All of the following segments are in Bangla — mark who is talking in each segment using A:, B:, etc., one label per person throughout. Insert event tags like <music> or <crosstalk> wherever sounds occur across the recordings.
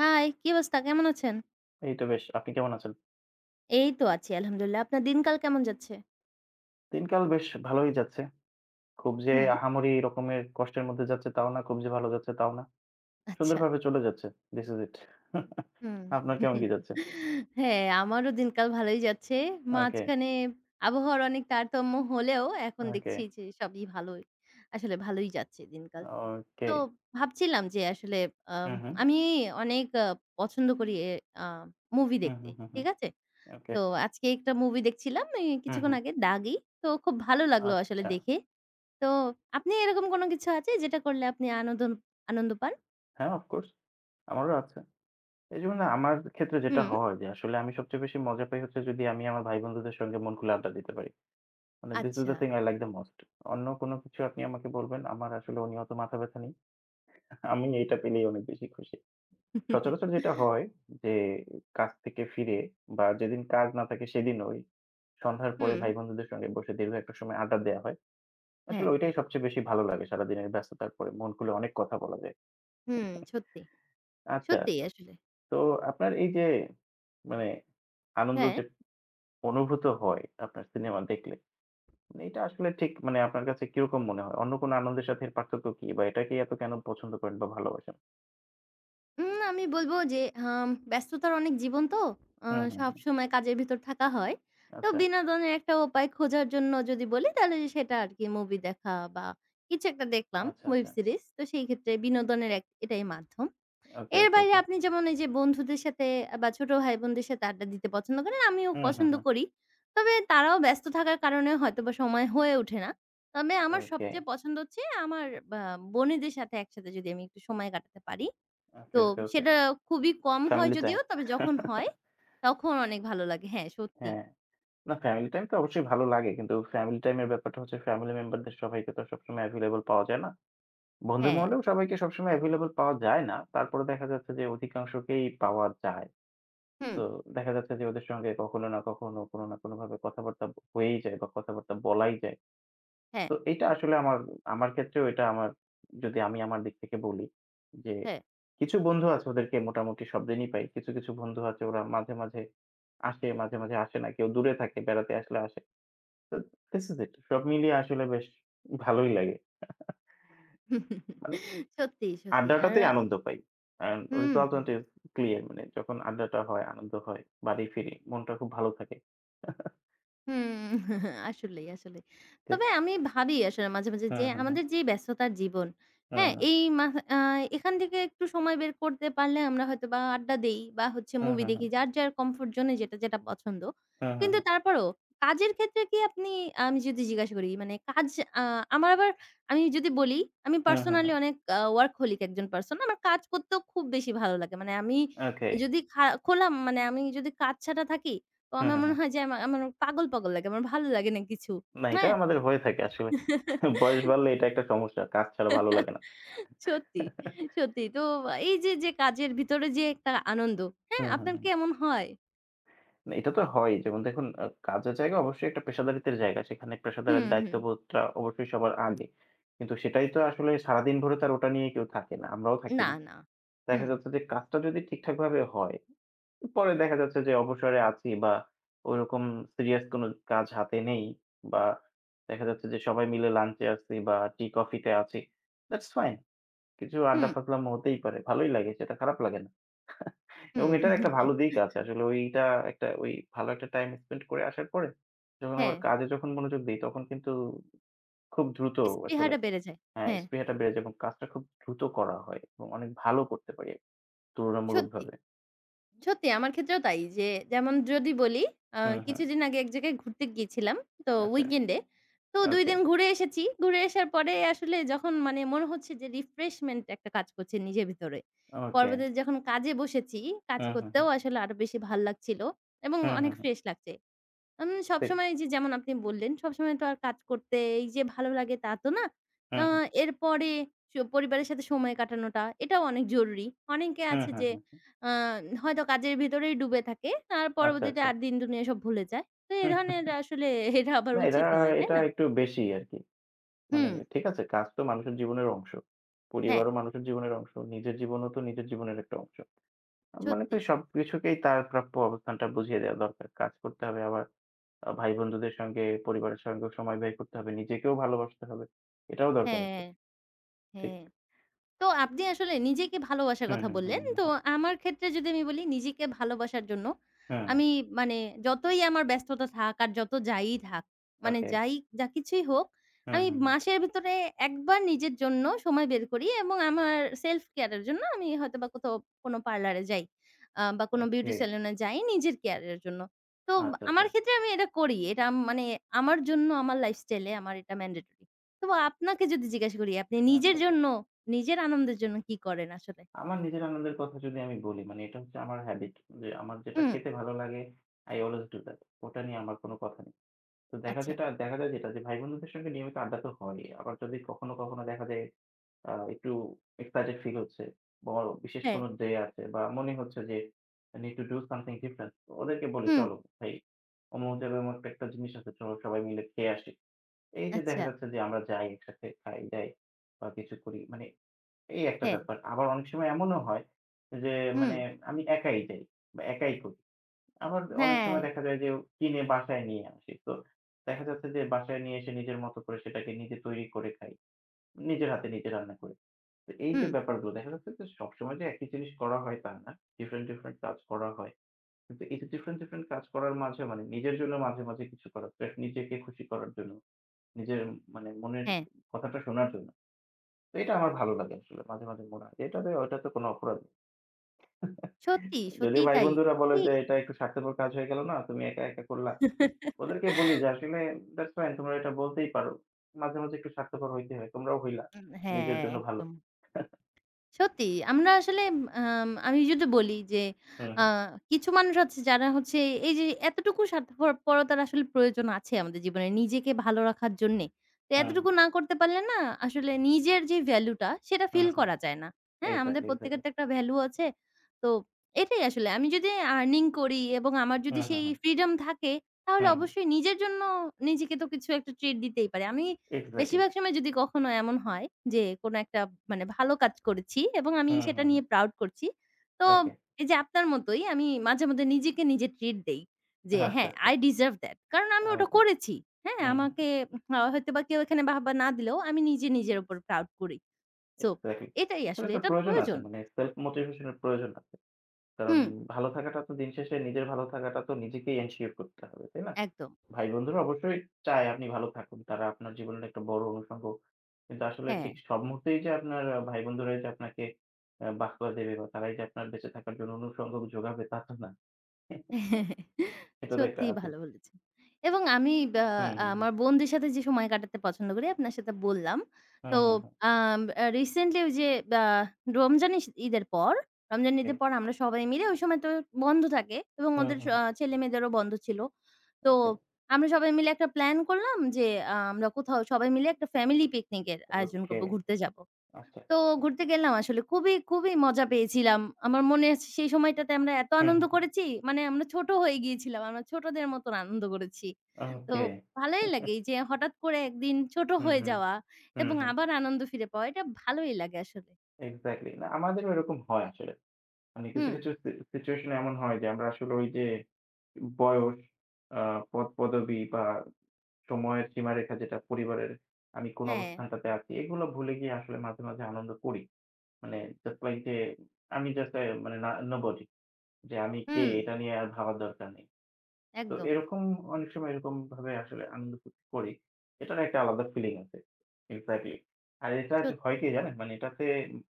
A: হাই, কি অবস্থা? কেমন আছেন?
B: এই তো বেশ। আপনি কেমন আছেন?
A: এই তো আছি আলহামদুলিল্লাহ। আপনার দিনকাল কেমন যাচ্ছে?
B: দিনকাল বেশ ভালোই যাচ্ছে। খুব যে
A: হুম।
B: আহামরি রকমের কষ্টের মধ্যে যাচ্ছে তাও না, খুব যে ভালো যাচ্ছে তাও না।
A: আচ্ছা।
B: সুন্দরভাবে চলে যাচ্ছে। This is it. <laughs>
A: হুম।
B: আপনার কেমন কি
A: <laughs>
B: যাচ্ছে?
A: হ্যাঁ, আমারও দিনকাল ভালোই যাচ্ছে।
B: ওকে,
A: মাঝখানে আবহাওয়ার অনেক তারতম্য হলেও এখন
B: ওকে,
A: দেখছি যে সবই ভালোই। আসলে ভালোই যাচ্ছে দিনকাল।
B: ওকে।
A: তো ভাবছিলাম যে আসলে আম
B: হুম, হুম।
A: আমি অনেক পছন্দ করি এ আ মুভি
B: হুম,
A: দেখতে।
B: হুম, হুম, হুম।
A: ঠিক আছে?
B: ওকে।
A: তো আজকে একটা মুভি দেখছিলাম এই
B: হুম,
A: কিছুক্ষণ
B: হুম।
A: আগে 'দাগি'। তো খুব ভালো লাগলো আসলে
B: আচ্ছা।
A: দেখে। তো আপনি এরকম কোনো কিছু আছে যেটা করলে আপনি আনন্দ পান?
B: হ্যাঁ, অফ কোর্স। আমারও আছে। এইজন্য আমার ক্ষেত্রে যেটা
A: হুম,
B: হয় যে আসলে আমি সবচেয়ে বেশি মজা পাই হচ্ছে যদি আমি আমার ভাই-বন্ধুদের সঙ্গে মন খুলে আড্ডা দিতে পারি। মানে this is
A: আচ্ছা।
B: the thing I like the most. অন্য কোন কিছু আপনি আমাকে বলবেন, আমার আসলে নিহত মাথা ব্যথা নেই। আমি এটা পেলেই অনেক বেশি খুশি। সচরাচর যেটা হয় যে কাজ থেকে ফিরে বা যেদিন কাজ না থাকে সেদিন ওই সন্ধ্যার পরে
A: হুম,
B: ভাই-বন্ধুদের সঙ্গে বসে দীর্ঘ একটা সময় আড্ডা দেয়া হয়।
A: হ্যাঁ।
B: আসলে ওইটাই সবচেয়ে বেশি ভালো লাগে সারাদিনের ব্যস্ততার পরে। মন খুলে অনেক কথা বলা যায়।
A: হুম, সত্যি,
B: আচ্ছা,
A: সত্যিই আসলে।
B: তো আপনার এই যে মানে আনন্দ
A: হ্যাঁ,
B: যে অনুভূত হয় আপনার সিনেমা দেখলে, মানে এটা আসলে ঠিক মানে আপনার কাছে কিরকম মনে হয়? অন্য কোনো আনন্দের সাথে এর পার্থক্য কি? বা এটাকেই এত কেন পছন্দ করেন বা ভালোবাসেন?
A: আমি বলব যে ব্যস্ততার অনেক জীবন তো আ
B: হুম, হুম, হুম।
A: সবসময় কাজের ভিতর থাকা হয়। তো
B: আচ্ছা,
A: বিনোদনের একটা উপায় খোঁজার জন্য যদি বলি তাহলে সেটা আরকি মুভি দেখা বা কিছু একটা দেখলাম
B: আচ্ছা,
A: ওয়েব
B: আচ্ছা।
A: সিরিজ। তো সেই ক্ষেত্রে বিনোদনের এটাই মাধ্যম।
B: ওকে,
A: এর
B: ওকে,
A: বাইরে
B: ওকে।
A: আপনি যেমন এই যে বন্ধুদের সাথে বা ছোট ভাই-বোনদের সাথে আড্ডা দিতে পছন্দ করেন, আমিও
B: হুম, হুম,
A: পছন্দ
B: হুম।
A: করি। তবে তারাও ব্যস্ত থাকার কারণে হয়তোবা সময় হয়ে ওঠে না। তবে আমার
B: ওকে,
A: সবচেয়ে পছন্দ হচ্ছে আমার বা বোনেদের সাথে একসাথে যদি আমি একটু সময় কাটাতে পারি।
B: ওকে,
A: তো
B: ওকে, ওকে।
A: সেটা খুবই কম হয়
B: ফ্যামিলি টাইম।
A: যদিও, তবে যখন হয়
B: <laughs>
A: তখন অনেক ভালো লাগে। হ্যাঁ, সত্যি।
B: হ্যাঁ। না ফ্যামিলি টাইম তো অবশ্যই ভালো লাগে। কিন্তু ফ্যামিলি টাইম এর ব্যাপারটা হচ্ছে ফ্যামিলি মেম্বারদের সবাইকে তো সবসময় এভেইলেবল পাওয়া যায় না। বন্ধু
A: হ্যাঁ,
B: মহলেও সবাইকে সবসময় এভেইলেবল পাওয়া যায় না। তারপরে দেখা যাচ্ছে যে অধিকাংশকেই পাওয়া যায়।
A: হুম,
B: তো দেখা যাচ্ছে যে ওদের সঙ্গে কখনো না কখনো, কোনো না কোনোভাবে কথাবার্তা হয়েই যায় বা কথাবার্তা বলাই যায়।
A: হ্যাঁ,
B: তো এটা আসলে আমার আমার ক্ষেত্রেও এটা আমার যদি আমি আমার দিক থেকে বলি যে
A: হ্যাঁ।
B: কিছু বন্ধু আছে ওদেরকে মোটামুটি সব দিনই পাই। কিছু, কিছু বন্ধু আছে ওরা মাঝে, মাঝে আসে, মাঝে, মাঝে আসে না। কেউ দূরে থাকে, বেড়াতে আসলে আসে। তো this is it. সব মিলিয়ে আসলে বেশ ভালোই লাগে। মানে
A: <laughs> সত্যি, সত্যি। আর
B: আড্ডাটাতেই আনন্দ পাই। And
A: hmm,
B: resultant
A: hmm.
B: is clear মানে যখন আড্ডাটা হয়, আনন্দ হয়, বাড়ি ফিরি, মনটা খুব ভালো থাকে।
A: হুম, <laughs> আসলেই, আসলেই।
B: ঠিক।
A: তবে আমি ভাবি আসলে মাঝে, মাঝে
B: হুম,
A: যে
B: হুম, হুম।
A: আমাদের যে ব্যস্ততার জীবন,
B: হুম,
A: হ্যাঁ?
B: হুম।
A: এই মা আ এখান থেকে একটু সময় বের করতে পারলে আমরা হয়তোবা আড্ডা দেই বা হচ্ছে
B: হুম,
A: মুভি
B: হুম,
A: দেখি। যার,
B: হুম।
A: যার কমফোর্ট জোন এ যেটা, যেটা পছন্দ।
B: হুম, হুম,
A: কিন্তু
B: হুম।
A: তারপরেও কাজের ক্ষেত্রে কি আপনি আমি যদি জিজ্ঞাসা করি মানে কাজ আ আমার আবার আমি যদি বলি আমি
B: হুম, হুম,
A: পার্সোনালি
B: হুম।
A: অনেক ওয়ার্কহোলিক একজন পারসন। আমার কাজ করতেও খুব বেশি ভালো লাগে। মানে আমি
B: ওকে হুম Okay.
A: যদি খা খোলা মানে আমি যদি কাজ ছাড়া থাকি তো
B: হুম,
A: আমার
B: হুম,
A: মনে
B: হুম।
A: হয় যে আমার পাগল লাগে। আমার ভালো লাগে না কিছু।
B: না, এটা
A: হ্যাঁ?
B: আমাদের হয়ে থাকে আসলে। বয়স বাড়লে এটা একটা সমস্যা। কাজ ছাড়া ভালো লাগে না।
A: সত্যি, সত্যি। তো এই যে, যে কাজের ভিতরে যে একটা আনন্দ, হ্যাঁ?
B: হুম, হুম,
A: আপনার
B: হুম।
A: কি এমন হয়?
B: না এটা তো হয়ই। যেমন দেখুন কাজের জায়গা অবশ্যই একটা পেশাদারিত্বের জায়গা। সেখানে পেশাদারের
A: হুম, হুম।
B: দায়িত্ববোধটা অবশ্যই সবার আগে। কিন্তু সেটাই তো আসলে সারাদিন ভরে তো আর ওটা নিয়ে কেউ থাকে না। আমরাও থাকি
A: না,
B: না।
A: না।
B: দেখা
A: হুম,
B: যাচ্ছে যে কাজটা যদি ঠিকঠাকভাবে হয়, পরে দেখা যাচ্ছে যে অবসরে আছি বা ওইরকম সিরিয়াস কোনো কাজ হাতে নেই বা দেখা যাচ্ছে যে সবাই মিলে লাঞ্চে আছি বা টি কফিতে আছি। That's fine. কিছু আড্ডা
A: হুম,
B: ফাজলামো হতেই পারে। ভালোই লাগে সেটা খারাপ লাগে না। এবং এটার একটা
A: হুম।
B: ভালো দিক আছে। আসলে ওইটা একটা ওই ভালো একটা টাইম স্পেন্ড করে আসার পরে যখন
A: হ্যাঁ,
B: আবার কাজে যখন মনোযোগ দেই তখন কিন্তু খুব দ্রুত আসলে
A: স্পৃহাটা বেড়ে যায়।
B: হ্যাঁ,
A: হ্যাঁ,
B: স্পৃহাটা বেড়ে যায় এবং কাজটা খুব দ্রুত করা হয় এবং অনেক ভালো করতে পারি
A: সত্যি।
B: তুলনামূলকভাবে।
A: সত্যি আমার ক্ষেত্রেও তাই। যে যেমন যদি বলি
B: হুম, হুম।
A: কিছুদিন আগে এক জায়গায় ঘুরতে গিয়েছিলাম। তো
B: আচ্ছা।
A: উইকেন্ডে। তো ২
B: ওকে,
A: দিন ঘুরে এসেছি। ঘুরে আসার পরে আসলে যখন মানে মনে হচ্ছে যে রিফ্রেশমেন্ট একটা কাজ করছে নিজের ভিতরে।
B: ওকে।
A: পরবর্তীতে যখন কাজে বসেছি, কাজ
B: হুম, হুম, হুম।
A: করতেও আসলে আরো বেশি ভাল লাগছিল এবং
B: হুম, হুম,
A: অনেক
B: হুম।
A: ফ্রেশ লাগছে।
B: ঠিক।
A: সবসময় এই যে যেমন আপনি বললেন, সবসময় তো আর কাজ করতে এই যে ভালো লাগে তা তো না।
B: হুম,
A: আ
B: হুম।
A: এরপরে পরিবারের সাথে সময় কাটানোটা এটাও অনেক জরুরি। অনেকে
B: হুম,
A: আছে
B: হুম,
A: যে
B: হুম।
A: আ হয়তো কাজের ভেতরেই ডুবে থাকে। আর
B: আচ্ছা,
A: পরবর্তীতে
B: আচ্ছা।
A: আর দিন দুনিয়া সব ভুলে যায়। তো এ
B: হুম
A: ধরনের
B: হুম।
A: আসলে এটা আবার
B: না এটা,
A: উচিত নয়, তাই
B: এটা
A: না?
B: একটু বেশি আরকি। মানে
A: হুম,
B: ঠিক আছে কাজ তো মানুষের জীবনের অংশ।
A: হ্যাঁ,
B: পরিবারও মানুষের জীবনের অংশ। নিজের জীবনও তো নিজের জীবনের একটা অংশ। মানে
A: সত্যি।
B: কি সবকিছুকেই তার প্রাপ্য অবস্থানটা বুঝিয়ে দেওয়া দরকার। কাজ করতে হবে আবার ভাই-বন্ধুদের সঙ্গে, পরিবারের সঙ্গেও সময় ব্যয় করতে হবে। নিজেকেও ভালোবাসতে হবে। এটাও দরকার আছে।
A: হ্যাঁ,
B: ঠিক।
A: হ্যাঁ। তো আপনি আসলে নিজেকে ভালোবাসার
B: হুম,
A: কথা
B: হুম, হুম,
A: বললেন।
B: হুম,
A: তো
B: হুম।
A: আমার ক্ষেত্রে যদি আমি বলি নিজেকে ভালোবাসার জন্য
B: হুম,
A: আমি মানে যতই আমার ব্যস্ততা থাক আর যত যাই থাক, মানে
B: ওকে।
A: যাই যা কিছুই হোক,
B: হুম,
A: আমি
B: হুম, হুম।
A: মাসের ভিতরে একবার নিজের জন্য সময় বের করি এবং আমার self care এর জন্য আমি হয়তোবা কোথাও কোনো পার্লারে যাই বা কোনো
B: ওকে।
A: বিউটি সেলুনে যাই নিজের কেয়ার এর জন্য। তো
B: আচ্ছা, আচ্ছা।
A: আমার ক্ষেত্রে আমি এটা করি। এটা আম মানে আমার জন্য আমার লাইফস্টাইল এ আমার এটা mandatory। তো আপনাকে যদি জিজ্ঞাসা করি আপনি
B: আচ্ছা,
A: নিজের
B: আচ্ছা।
A: জন্য নিজের আনন্দের জন্য কি করেন আসলে?
B: আমার নিজের আনন্দের কথা যদি আমি বলি মানে এটা হচ্ছে আমার habit যে আমার যেটা
A: হুম,
B: খেতে ভালো লাগে I always do that. ওটা নিয়ে আমার কোনো কথা তো দেখা
A: আচ্ছা।
B: যেটা দেখা যায় যেটা যে ভাই বন্ধুদের সঙ্গে নিয়মিত আড্ডা তো হয়। আবার যদি কখনো, কখনো দেখা যায় একটু excited ফিল হচ্ছে বা আমার বিশেষ
A: হ্যাঁ।
B: কোনো ডে আছে বা মনে হচ্ছে যে I need to do something different. ওদেরকে বলি
A: হুম।
B: চলো ভাই অমুক জায়গায় অমুক একটা একটা জিনিস আছে চলো সবাই মিলে খেয়ে আসি। এই যে দেখা
A: আচ্ছা।
B: যাচ্ছে যে আমরা যাই একসাথে খাই যাই বা কিছু করি মানে এই একটা
A: হ্যাঁ।
B: ব্যাপার। আবার অনেক সময় এমনও হয় যে
A: হুম।
B: মানে আমি একাই যাই বা একাই করি। আবার অনেক
A: হ্যাঁ।
B: সময় দেখা যায় যে কিনে বাসায় নিয়ে আসি। তো দেখা যাচ্ছে যে বাসায় নিয়ে এসে নিজের মতো করে সেটাকে নিজে তৈরি করে খাই। নিজের হাতে নিজে রান্না করে। তো এই যে
A: হুম।
B: ব্যাপারগুলো দেখা যাচ্ছে যে সবসময় যে একই জিনিস করা হয় তা না। ডিফারেন্ট, ডিফারেন্ট কাজ করা হয়। কিন্তু এই যে ডিফারেন্ট, ডিফারেন্ট কাজ করার মাঝে মানে নিজের জন্য মাঝে, মাঝে কিছু করা। জাস্ট নিজেকে খুশি করার জন্য, নিজের মানে মনের
A: হ্যাঁ।
B: কথাটা শোনার জন্য। তো এটা আমার ভালো লাগে আসলে। মাঝে, মাঝে মনে হয় যে এটাতে ওটাতে কোনো অপরাধ নেই।
A: সত্যি,
B: যদিও
A: সত্যিই
B: ভাই
A: তাই। এই
B: বন্ধুরা বলে যে,
A: হুম।
B: "এটা একটু স্বার্থপর কাজ হয়ে গেল না? তুমি একা, একা করলা।" ওদেরকে বলি
A: <laughs>
B: যে, "আসলে that's fine তোমরা এটা বলতেই পারো। মাঝে, মাঝে একটু স্বার্থপর হইতে হয়। তোমরাও হইলা। নিজের
A: হ্যাঁ,
B: জন্য ভালো।"
A: একদম। সত্যি। আমরা আসলে আমি যদি বলি যে
B: হুম,
A: আ
B: হুম,
A: কিছু মানুষ আছে যারা হচ্ছে এই যে এতটুকু স্বার্থপরতার আসলে প্রয়োজন আছে আমাদের জীবনে নিজেকে ভালো রাখার জন্যে। তো
B: হুম,
A: এতটুকু না করতে পারলে না আসলে নিজের যে ভ্যালু টা সেটা
B: হুম,
A: ফিল
B: হুম, হুম।
A: করা যায় না। হ্যাঁ? আমাদের
B: এক্সাক্টলি,
A: প্রত্যেকের
B: এক্সাক্টলি।
A: তো একটা ভ্যালু আছে। তো এটাই আসলে আমি যদি আর্নিং করি এবং আমার যদি
B: হুম, হুম,
A: সেই
B: হুম,
A: ফ্রিডম থাকে তাহলে
B: হুম, হুম।
A: অবশ্যই নিজের জন্য নিজেকে তো কিছু একটা ট্রিট দিতেই পারি। আমি
B: এক্সাক্টলি।
A: বেশিরভাগ সময় যদি কখনো এমন হয় যে কোনো একটা মানে ভালো কাজ করেছি এবং আমি
B: হুম,
A: সেটা
B: হুম, হুম।
A: নিয়ে প্রাউড করছি। তো
B: ওকে।
A: এই যে আপনার মতোই আমি মাঝে মধ্যে নিজেকে নিজে ট্রিট দেই। যে
B: আচ্ছা,
A: হ্যাঁ,
B: আচ্ছা।
A: I deserve that কারণ আমি ওটা
B: ওকে।
A: করেছি। হ্যাঁ,
B: হুম, হুম।
A: আমাকে হয়তোবা কেউ এখানে বাহবা না দিলেও আমি নিজে নিজের উপর প্রাউড করি। So
B: exactly.
A: এটাই
B: আসলে
A: আসলে
B: একটা
A: এটা
B: প্রয়োজন আছে।
A: প্রয়োজন।
B: মানে সেলফ মোটিভেশন এর প্রয়োজন আছে। কারণ
A: হুম,
B: ভালো থাকাটা তো দিন শেষে নিজের ভালো থাকাটা তো নিজেকেই এনশিওর করতে হবে। তাই না?
A: একদম।
B: ভাই বন্ধুরা অবশ্যই চায় আপনি ভালো থাকুন। তারা আপনার জীবনের একটা বড় অনুষঙ্গ। কিন্তু আসলে
A: হ্যাঁ।
B: ঠিক সব মুহূর্তেই যে আপনার ভাই বন্ধুরাই যে আপনাকে বাহবা দেবে বা তারাই যে আপনার বেঁচে থাকার জন্য অনুষঙ্গ যোগাবে তা তো না। এটা তো একটা
A: সত্যিই
B: আছেই।
A: ভালো বলেছেন। এবং আমি ব্যা
B: হুম, হুম, হুম।
A: আমার বোনদের সাথে যে সময় কাটাতে পছন্দ করি আপনার সাথে বললাম।
B: হুম,
A: তো
B: হুম,
A: আম আ রিসেন্টলি ওই যে ব্যা রমজান ইস ঈদের পর,
B: ওকে
A: রমজান
B: হুম।
A: ঈদের
B: ওকে।
A: পর আমরা সবাই মিলে ওই সময় তো বন্ধ থাকে এবং
B: হুম,
A: ওদের
B: হুম,
A: স
B: হুম।
A: ছেলেমেয়েদেরও বন্ধ ছিল। তো
B: আচ্ছা।
A: আমরা সবাই মিলে একটা প্ল্যান করলাম যে আমরা কোথাও সবাই মিলে একটা ফ্যামিলি পিকনিক এর আয়োজন
B: ওকে।
A: করব, ঘুরতে যাব।
B: আচ্ছা।
A: তো ঘুরতে গেলাম আসলে। খুবই, খুবই মজা পেয়েছিলাম। আমার মনে আছে সেই সময়টাতে আমরা এত
B: হুম,
A: আনন্দ
B: হুম, হুম।
A: করেছি, মানে আমরা ছোট হয়ে গিয়েছিলাম। আমরা ছোটদের মতন আনন্দ করেছি। তো
B: ওকে।
A: ভালোই লাগে এই যে হঠাৎ করে একদিন ছোট
B: হুম,
A: হয়ে
B: হুম।
A: যাওয়া
B: হুম,
A: এবং
B: হুম।
A: আবার আনন্দ ফিরে পাওয়া, এটা ভালোই লাগে আসলে।
B: এক্সাক্টলি। না আমাদেরও এরকম হয় আসলে। মানে কিছু,
A: হুম,
B: কিছু সিচুয়েশন এমন হয় যে আমরা আসলে ওই যে বয়স, আ পদ পদবী বা সময়ের সীমারেখা যেটা পরিবারের আমি কোন
A: হ্যাঁ,
B: অবস্থানটাতে আছি, এগুলো ভুলে গিয়ে আসলে মাঝে, মাঝে আনন্দ করি। মানে জাস্ট লাইক যে আমি জাস্ট এ মানে না নোবডি যে আমি কে
A: হুম,
B: এটা নিয়ে আর ভাবার দরকার নেই। তো
A: একদম
B: এরকম অনেক সময় এরকমভাবে আসলে আনন্দ ফুর্তি করি। এটার একটা আলাদা ফিলিং আছে। এক্সাক্টলি। আর এটা যে
A: সত্যি।
B: হয় কি জানেন? মানে এটাতে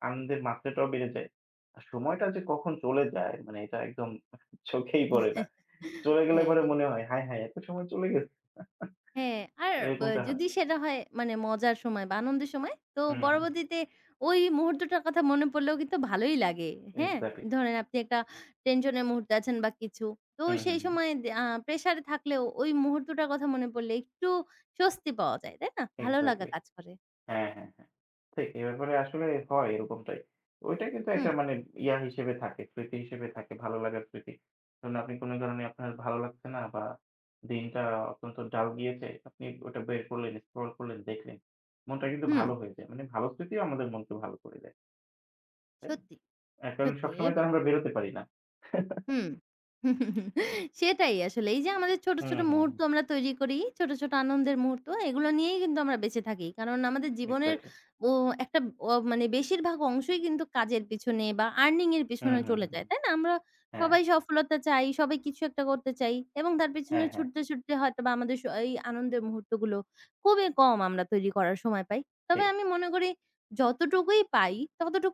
B: আনন্দের মাত্রাটাও বেড়ে যায়। আর সময়টা যে কখন চলে যায় মানে এটা একদম <laughs> চোখেই পড়ে না।
A: <laughs>
B: চলে গেলে পরে
A: হ্যাঁ।
B: মনে হয় হায়, হায় এত সময় চলে গেছে।
A: হ্যাঁ, আর বা
B: এরকমটা হয়।
A: যদি সেটা হয় মানে মজার সময় বা আনন্দের সময়, তো
B: হুম, হুম।
A: পরবর্তীতে ওই মুহূর্তটার কথা মনে পড়লেও কিন্তু ভালোই লাগে। হ্যাঁ?
B: এক্সাক্টলি।
A: ধরেন আপনি একটা টেনশনের মুহূর্তে আছেন বা কিছু। তো
B: হুম, হুম,
A: সেই
B: হুম।
A: সময় দে আ প্রেশারে থাকলেও ওই মুহূর্তটার কথা মনে পড়লে একটু স্বস্তি পাওয়া যায়। তাই না? ভালো লাগা
B: এক্সাক্টলি।
A: কাজ করে।
B: হ্যাঁ, হ্যাঁ, হ্যাঁ। ঠিক এ ব্যাপারে আসলে হয় এরকমটাই। ওইটা কিন্তু
A: হুম,
B: একটা মানে ইয়া হিসেবে থাকে, স্মৃতি হিসেবে থাকে, ভালো লাগার স্মৃতি। ধরুন আপনি কোনো কারণে আপনার ভালো লাগছে না বা দিনটা অত্যন্ত ডাল গিয়েছে, আপনি ওটা বের করলেন, স্ক্রল করলেন, দেখলেন। মনটা কিন্তু
A: হুম।
B: ভালো হয়ে যায়। মানে ভালো স্মৃতিও আমাদের মনকে ভালো করে দেয়। তাই না?
A: সত্যি,
B: এ কারণ
A: সত্যি।
B: সবসময় তো আমরা বেরোতে পারি না।
A: হুম। সেটাই আসলে। এই যে আমাদের ছোট,
B: হুম,
A: ছোট
B: হুম, হুম।
A: মুহূর্ত আমরা তৈরি করি, ছোট, ছোট আনন্দের মুহূর্ত, এগুলো নিয়েই কিন্তু আমরা বেঁচে থাকি। কারণ আমাদের জীবনের
B: এক্সাক্টলি।
A: ও একটা অ মানে বেশিরভাগ অংশই কিন্তু কাজের পিছনে বা আর্নিং এর
B: হুম,
A: পিছনে
B: হুম,
A: চলে
B: হুম,
A: যায়।
B: হুম।
A: তাই না? আমরা
B: হ্যাঁ,
A: সবাই সফলতা চাই, সবাই কিছু একটা করতে চাই এবং তার পেছনে
B: হ্যাঁ, হ্যাঁ।
A: ছুটতে, ছুটতে হয়তোবা আমাদের স এই আনন্দের মুহূর্তগুলো খুবই কম আমরা তৈরি করার সময় পাই। তবে
B: ঠিক।
A: আমি মনে করি যতটুকুই পাই,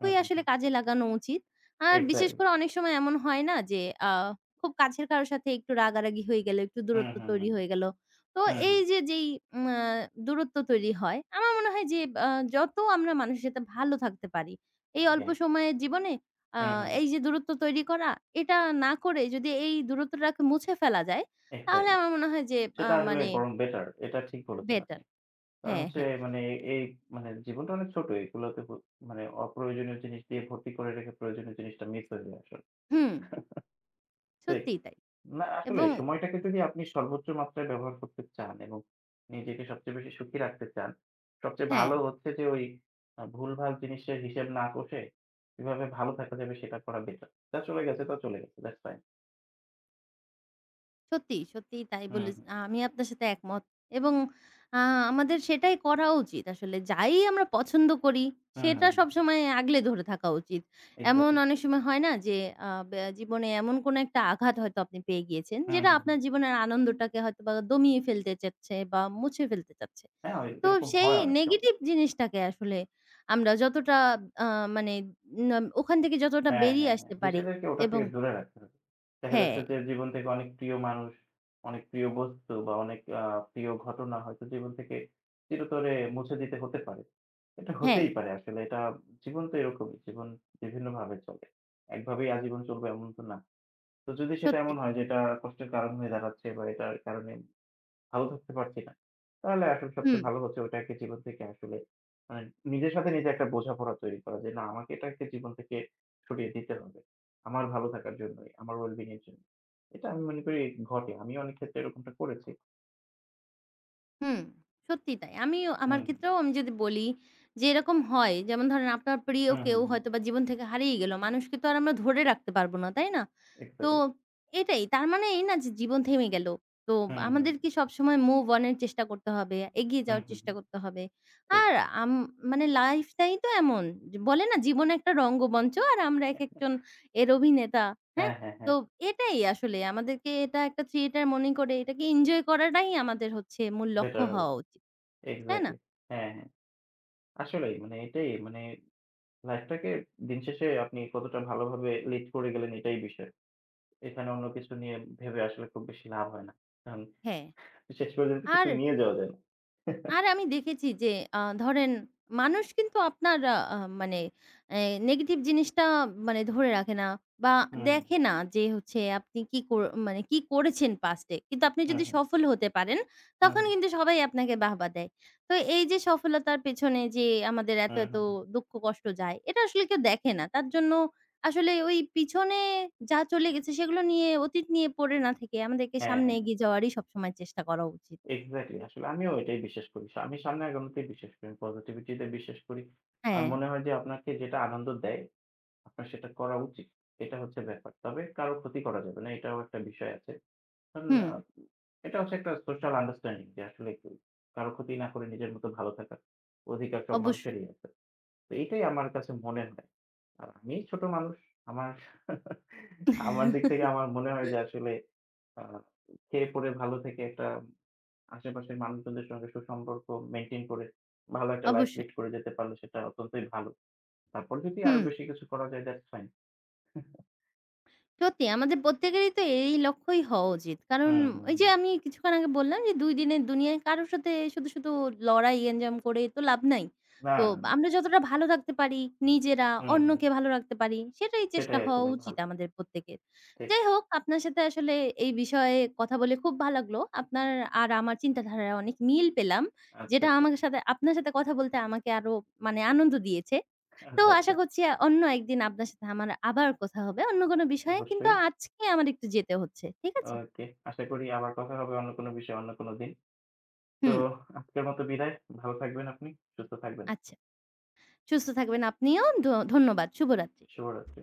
B: হুম, হুম,
A: আসলে
B: হুম।
A: কাজে লাগানো উচিত। আর বিশেষ
B: এক্সাক্টলি।
A: করে অনেক সময় এমন হয় না যে আ খুব কাছের কারো সাথে একটু রাগারাগি হয়ে গেল, একটু
B: হুম,
A: দূরত্ব
B: হুম,
A: তৈরি
B: হুম।
A: হয়ে গেল। তো
B: হুম,
A: এই
B: হুম।
A: যে যেই উম আ দূরত্ব তৈরি হয়, আমার মনে হয় যে আ যত আমরা মানুষের সাথে ভালো থাকতে পারি, এই
B: ওকে।
A: অল্প সময়ের জীবনে আ
B: হুম, হুম, হুম।
A: এই যে দূরত্ব তৈরি করা, এটা না করে যদি এই দূরত্বটাকে মুছে ফেলা যায়, তাহলে
B: এক্সাক্টলি।
A: আমার মনে হয় যে
B: সেটা আসলে
A: মানে
B: বরং বেটার। এটা ঠিক বলেছেন
A: বেটার।
B: আপনি। কারণ
A: হ্যাঁ,
B: হচ্ছে
A: হ্যাঁ।
B: মানে এই মানে জীবনটা অনেক ছোট। এগুলোতে মানে অপ্রয়োজনীয় জিনিস দিয়ে ভর্তি করে রেখে প্রয়োজনীয় জিনিসটা মিস হয়ে যায় আসলে।
A: হুম,
B: ঠিক।
A: সত্যিই তাই।
B: না আসলে
A: এবং
B: সময়টাকে যদি আপনি সর্বোচ্চ মাত্রায় ব্যবহার করতে চান এবং নিজেকে সবচেয়ে বেশি সুখী রাখতে চান, সবচেয়ে
A: হ্যাঁ।
B: ভালো হচ্ছে যে ওই ভুলভাল জিনিসের হিসেব না কষে কিভাবে ভালো থাকা যাবে সেটা করা বেটার। যা চলে গেছে তা চলে গেছে। That's fine.
A: সত্যি, সত্যিই তাই
B: হুম,
A: বলে
B: হুম।
A: আমি আপনার সাথে একমত। এবং আ আমাদের সেটাই করা উচিত আসলে। যাই আমরা পছন্দ করি
B: হুম,
A: সেটা
B: হুম,
A: সবসময় আগলে ধরে থাকা উচিত। এমন
B: এক্স্যাক্টলি। হুম। এক্সাক্টলি।
A: অনেক সময় হয় না যে আ ব্যা জীবনে এমন কোনো একটা আঘাত হয়তো আপনি পেয়ে গিয়েছেন
B: হুম,
A: যেটা
B: হুম, হুম।
A: আপনার জীবনের আনন্দটাকে হয়তোবা দমিয়ে ফেলতে চাচ্ছে বা মুছে ফেলতে চাচ্ছে।
B: হ্যাঁ, ওই
A: তো
B: এরকম
A: সেই
B: হয় অনেক সময়।
A: নেগেটিভ জিনিসটাকে আসলে আমরা যতটা আ মানে না ওখান থেকে যতটা
B: হ্যাঁ,
A: বেরিয়ে
B: হ্যাঁ, হ্যাঁ।
A: আসতে পারি
B: নিজেদেরকে ওটা
A: এবং
B: থেকে দূরে রাখতে হবে। দেখা যাচ্ছে
A: হ্যাঁ,
B: যে জীবন থেকে অনেক প্রিয় মানুষ, অনেক প্রিয় বস্তু বা অনেক প্রিয় ঘটনা হয়তো জীবন থেকে চিরতরে মুছে দিতে হতে পারে। এটা
A: হ্যাঁ,
B: হতেই পারে আসলে। এটা জীবন তো এরকমই। জীবন বিভিন্নভাবে চলে। একভাবেই আজীবন চলবে এমন তো না। তো যদি সেটা
A: সত্যি।
B: এমন হয় যে এটা কষ্টের কারণ হয়ে দাঁড়াচ্ছে বা এটার কারণে ভালো থাকতে পারছি না। তাহলে আসলে
A: হুম।
B: সবচেয়ে ভালো হচ্ছে ওটাকে জীবন থেকে আসলে মানে নিজের সাথে নিজে একটা বোঝাপড়া তৈরি করা যে না আমাকে এটাকে জীবন থেকে সরিয়ে দিতে হবে। আমার ভালো থাকার জন্যই, আমার ওয়েলবিং এর জন্য। এটা আমি মনে করি ঘটে। আমি অনেক ক্ষেত্রে এরকমটা করেছি।
A: হুম, সত্যিই তাই। আমিও আমার
B: হুম,
A: ক্ষেত্রেও আমি যদি বলি যে এরকম হয় যেমন ধরেন আপনার প্রিয়
B: হুম, হুম,
A: কেউ
B: হুম।
A: হয়তোবা জীবন থেকে হারিয়ে গেল। মানুষকে তো আর আমরা ধরে রাখতে পারব না, তাই না? তো
B: এক্সাক্টলি।
A: এটাই। তার মানে এই না যে জীবন থেমে গেল। তো
B: হুম, হুম,
A: আমাদেরকে সবসময় মুভ অন এর চেষ্টা করতে হবে, এগিয়ে
B: হুম,
A: যাওয়ার
B: হুম,
A: চেষ্টা
B: হুম।
A: করতে হবে।
B: ঠিক।
A: আর আম মানে লাইফটাই তো এমন। যে বলে না জীবন একটা রঙ্গমঞ্চ আর আমরা একেকজন এর অভিনেতা, হ্যাঁ?
B: হ্যাঁ, হ্যাঁ,
A: তো
B: হ্যাঁ।
A: এটাই আসলে আমাদেরকে এটা একটা থিয়েটার মনে করে এটাকে এনজয় করাটাই আমাদের হচ্ছে মূল লক্ষ্য
B: বেটার হবে।
A: হওয়া উচিত। তাই না?
B: এক্সাক্টলি। হ্যাঁ, হ্যাঁ। আসলেই মানে এটাই মানে লাইফটাকে দিন শেষে আপনি কতটা ভালোভাবে লিড করে গেলেন এটাই বিষয়। এখানে অন্য কিছু নিয়ে ভেবে আসলে খুব বেশি লাভ হয় না। কারণ
A: হ্যাঁ।
B: শেষ পর্যন্ত কিছু
A: আর
B: নিয়ে যাওয়া যায় না।
A: আর আমি দেখেছি যে ধরেন মানুষ কিন্তু আপনার আ আ মানে এ নেগেটিভ জিনিসটা মানে ধরে রাখে না বা
B: হুম,
A: দেখে না যে হচ্ছে আপনি কি কর মানে কি করেছেন past এ। কিন্তু আপনি
B: হুম,
A: যদি
B: হুম,
A: সফল হতে পারেন,
B: হুম,
A: তখন কিন্তু সবাই আপনাকে বাহবা দেয়। তো এই যে সফলতার পেছনে যে আমাদের এত,
B: হুম,
A: এত
B: হুম, হুম।
A: দুঃখ কষ্ট যায়, এটা আসলে কেউ দেখে না। তার জন্য আসলে ওই পিছনে যা চলে গেছে সেগুলো নিয়ে অতীত নিয়ে পড়ে না থেকে আমাদেরকে
B: হ্যাঁ, হ্যাঁ,
A: সামনে
B: হ্যাঁ।
A: এগিয়ে যাওয়ারই সবসময় চেষ্টা করা উচিত।
B: এক্সাক্টলি আসলে আমিও এটাই বিশ্বাস করি। আমি সামনে আগানোতেই বিশ্বাস করি। পজিটিভিটি তে বিশ্বাস করি। আমার
A: হ্যাঁ,
B: মনে হয় যে আপনাকে যেটা আনন্দ দেয়, আপনার সেটা করা উচিত। এটা হচ্ছে ব্যাপার। তবে কারো ক্ষতি করা যাবে না। এটাও একটা বিষয় আছে। কারণ
A: হুম।
B: এটা হচ্ছে একটা সোশ্যাল আন্ডারস্ট্যান্ডিং যে আসলে কারো ক্ষতি না করে নিজের মতো ভালো থাকার অধিকার সব
A: অবশ্যই।
B: মানুষেরই আছে। তো এটাই আমার কাছে মনে হয়। আর আমি ছোট মানুষ। আমার <laughs> আমার দিক থেকে আমার মনে হয় যে আসলে আ খেয়ে পরে ভালো থেকে একটা আশেপাশের মানুষজনদের সঙ্গে সুসম্পর্ক মেইনটেইন করে ভালো একটা লাইফ
A: অবশ্যই।
B: লিড করে যেতে পারলে সেটা অত্যন্তই ভালো। তারপর যদি আরো
A: হুম।
B: বেশি কিছু করা যায় that's fine.
A: সত্যি আমাদের প্রত্যেকেরই তো এই লক্ষ্যই হওয়া উচিত। কারণ
B: হুম, হুম,
A: ওই যে
B: হুম।
A: আমি কিছুক্ষণ আগে বললাম যে ২ দিনের দুনিয়ায় কারো সাথে শুধু, শুধু লড়াই এনজাম করে তো লাভ নাই।
B: না,
A: তো
B: না, না।
A: আমরা যতটা ভালো থাকতে পারি নিজেরা,
B: হুম, হুম।
A: অন্যকে ভালো রাখতে পারি সেটাই চেষ্টা
B: সেটাই
A: হওয়া
B: আসলে
A: উচিত
B: ভালো।
A: আমাদের প্রত্যেকের।
B: ঠিক।
A: যাই হোক আপনার সাথে আসলে এই বিষয়ে কথা বলে খুব ভালো লাগলো। আপনার আর আমার চিন্তাধারায় অনেক মিল পেলাম।
B: আচ্ছা,
A: যেটা
B: আচ্ছা।
A: আমার সাথে আপনার সাথে কথা বলতে আমাকে আরো মানে আনন্দ দিয়েছে। তো
B: আচ্ছা, আচ্ছা।
A: আশা করছি অন্য একদিন আপনার সাথে আমার আবার কথা হবে অন্য কোনো বিষয়ে। কিন্তু
B: অবশ্যই।
A: আজকে আমার একটু যেতে হচ্ছে। ঠিক আছে?
B: ওকে। আশা করি আবার কথা হবে অন্য কোনো বিষয়ে অন্য কোনো দিন। তো
A: হুম,
B: আজকের মতো বিদায়। ভালো থাকবেন আপনি, সুস্থ থাকবেন।
A: আচ্ছা। সুস্থ থাকবেন আপনিও। ধন্যবাদ। শুভরাত্রি।
B: শুভরাত্রি।